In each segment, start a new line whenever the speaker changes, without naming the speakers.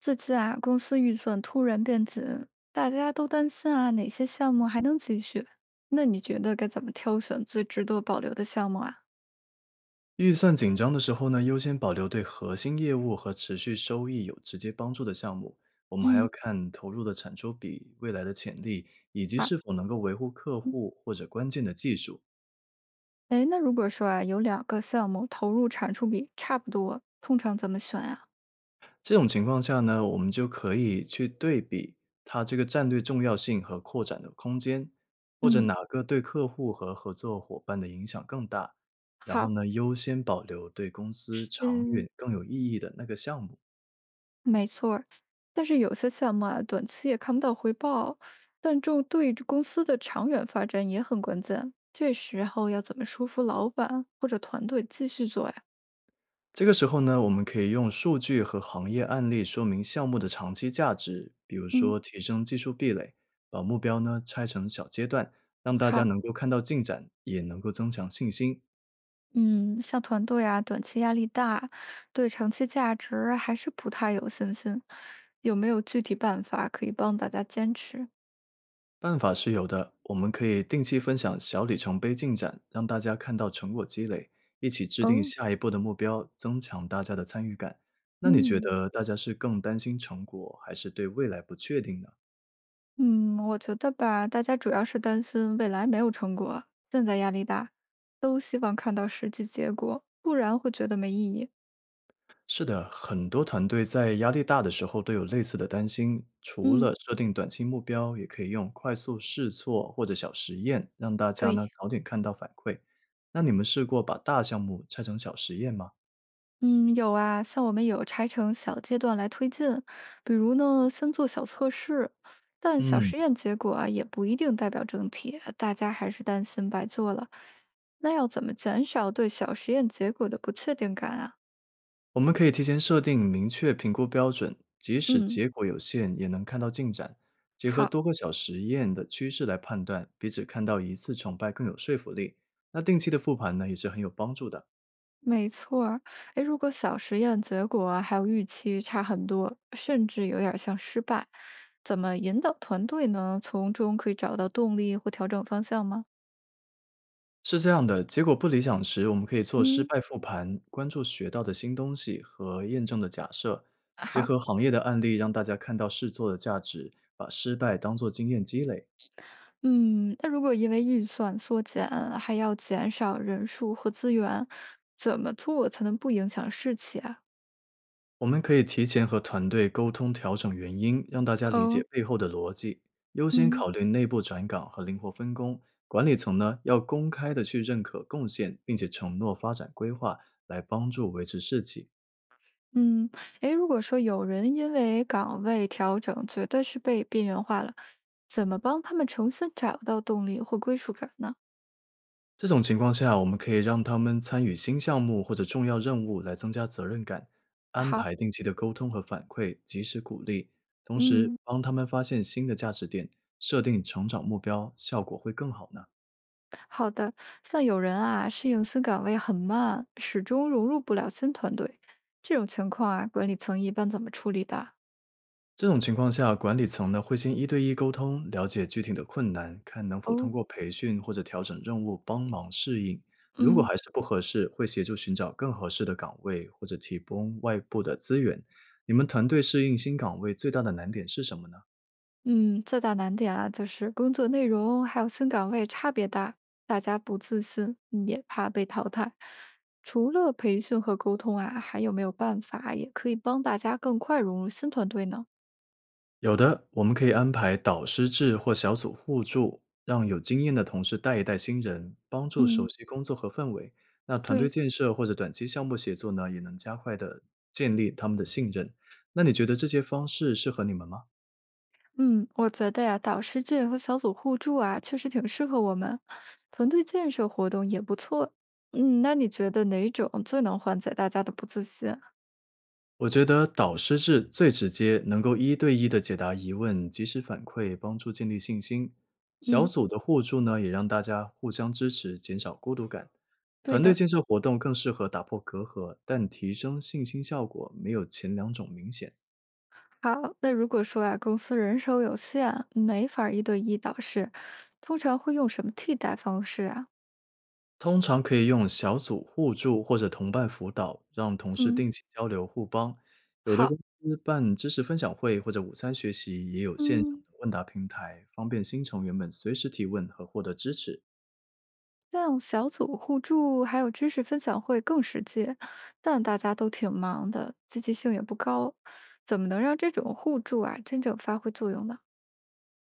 最近啊，公司预算突然变紧，大家都担心啊，哪些项目还能继续？那你觉得该怎么挑选最值得保留的项目啊？
预算紧张的时候呢，优先保留对核心业务和持续收益有直接帮助的项目。我们还要
嗯。
看投入的产出比、未来的潜力，以及
好。
是否能够维护客
嗯。
户或者关键的技术。
哎，那如果说啊，有两个项目投入产出比差不多，通常怎么选啊？
这种情况下呢，我们就可以去对比它这个战略重要性和扩展的空间，或者
嗯。
哪个对客户和合作伙伴的影响更大。然后
好。
呢，优先保留对公司长
嗯。
远更有意义的那个项目。
没错儿。但是有些项目啊，短期也看不到回报，但这对公司的长远发展也很关键。这时候要怎么说服老板或者团队继续做呀？
这个时候呢，我们可以用数据和行业案例说明项目的长期价值，比如
嗯。
说提升技术壁垒，把目标呢拆成小阶段，让大家
好。
能够看到进展，也能够增强信心。
嗯。像团队啊，短期压力大，对长期价值还是不太有信心，有没有具体办法可以帮大家坚持？
办法是有的，我们可以定期分享小里程碑进展，让大家看到成果积累，一起制定
哦。
下一步的目标，增强大家的参与感。那你觉
嗯
得大家是更担心成果，还是对未来不确定呢？
嗯。我觉得吧，大家主要是担心未来没有成果，现在压力大，都希望看到实际结果，不然会觉得没意义。
是的，很多团队在压力大的时候都有类似的担心。除
嗯。
了设定短期目标，也可以用快速试错或者小实验，让大家呢
对。
早点看到反馈。那你们试过把大项目拆成小实验吗？
嗯。有啊，像我们有拆成小阶段来推进，比如呢，先做小测试，但小
嗯，
实验结果啊，也不一定代表整体，大家还是担心白做了。那要怎么减少对小实验结果的不确定感啊？
我们可以提前设定明确评估标准，即使
嗯。
结果有限，也能看到进展。结合
好。
多个小实验的趋势来判断，比只看到一次成败更有说服力。那定期的复盘呢，也是很有帮助的。
没错儿。哎，如果小实验结果啊还有预期差很多，甚至有点儿像失败，怎么引导团队呢？从中可以找到动力或调整方向吗？
是这样的，结果不理想时，我们可以做失
嗯。
败复盘，关注学到的新东西和验证的假设，结
好。
合行业的案例，让大家看到试错的价值，把失败当作经验积累。
嗯。那如果因为预算缩减，还要减少人数和资源，怎么做才能不影响士气啊？
我们可以提前和团队沟通，调整原因，让大家理解
哦。
背后的逻辑，优先
嗯
考虑内部转岗和灵活分工。管理层呢，要公开的去认可贡献，并且承诺发展规划，来帮助维持士气。
嗯。诶，如果说有人因为岗位调整，觉得是被边缘化了，怎么帮他们重新找到动力或归属感呢？
这种情况下，我们可以让他们参与新项目或者重要任务来增加责任感，安
好。
排定期的沟通和反馈，及时鼓励，同时
嗯。
帮他们发现新的价值点，设定成长目标，效果会更好呢。
好的。像有人啊，适应新岗位很慢，始终融入不了新团队，这种情况啊，管理层一般怎么处理的啊？
这种情况下，管理层呢会先一对一沟通，了解具体的困难，看能否通
哦。
过培训或者调整任务帮忙适应。如果
嗯。
还是不合适，会协助寻找更合适的岗位或者提供外部的资源。你们团队适应新岗位最大的难点是什么呢？
嗯。最大难点啊，就是工作内容还有新岗位差别大，大家不自信，也怕被淘汰。除了培训和沟通啊，还有没有办法也可以帮大家更快融入新团队呢？
有的，我们可以安排导师制或小组互助，让有经验的同事带一带新人，帮助熟
嗯。
悉工作和氛围。那团队
对。
建设或者短期项目协作呢，也能加快的建立他们的信任。那你觉得这些方式适合你们吗？
嗯。我觉得呀，导师制和小组互助啊，确实挺适合我们。团队建设活动也不错。嗯。那你觉得哪种最能缓解大家的不自信啊？
我觉得导师制最直接，能够一对一的解答疑问，及时反馈，帮助建立信心。小
嗯。
组的互助呢，也让大家互相支持，减少孤独感。
对
团队
的。
建设活动更适合打破隔阂，但提升信心效果没有前两种明显。
好。那如果说啊，公司人手有限，没法儿一对一导师，通常会用什么替代方式啊？
通常可以用小组互助或者同伴辅导，让同事
嗯。
定期交流互帮。有的
好。
公司办知识分享会或者午餐学习，也有线上
嗯。
的问答平台，方便新成员们随时提问和获得支持。
像小组互助还有知识分享会更实际，但大家都挺忙的，积极性也不高，怎么能让这种互助啊真正发挥作用呢？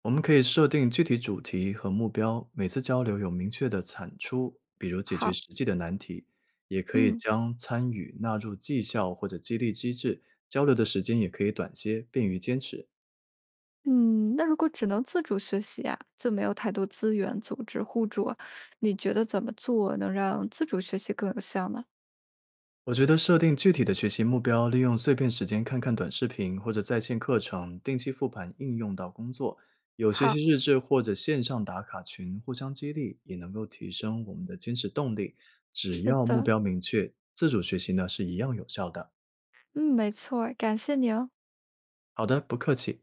我们可以设定具体主题和目标，每次交流有明确的产出，比如解决
好。
实际的难题，也可以
嗯。
将参与纳入绩效或者激励机制，交流的时间也可以短些，便于坚持。
嗯。那如果只能自主学习啊，就没有太多资源组织互助啊，你觉得怎么做能让自主学习更有效呢？
我觉得设定具体的学习目标，利用碎片时间看看短视频或者在线课程，定期复盘应用到工作。有学
好。
习日志或者线上打卡群互相激励，也能够提升我们的坚持动力。只
是
要目
的。
标明确，自主学习呢是一样有效的。
嗯。没错儿。感谢你哦。
好的，不客气。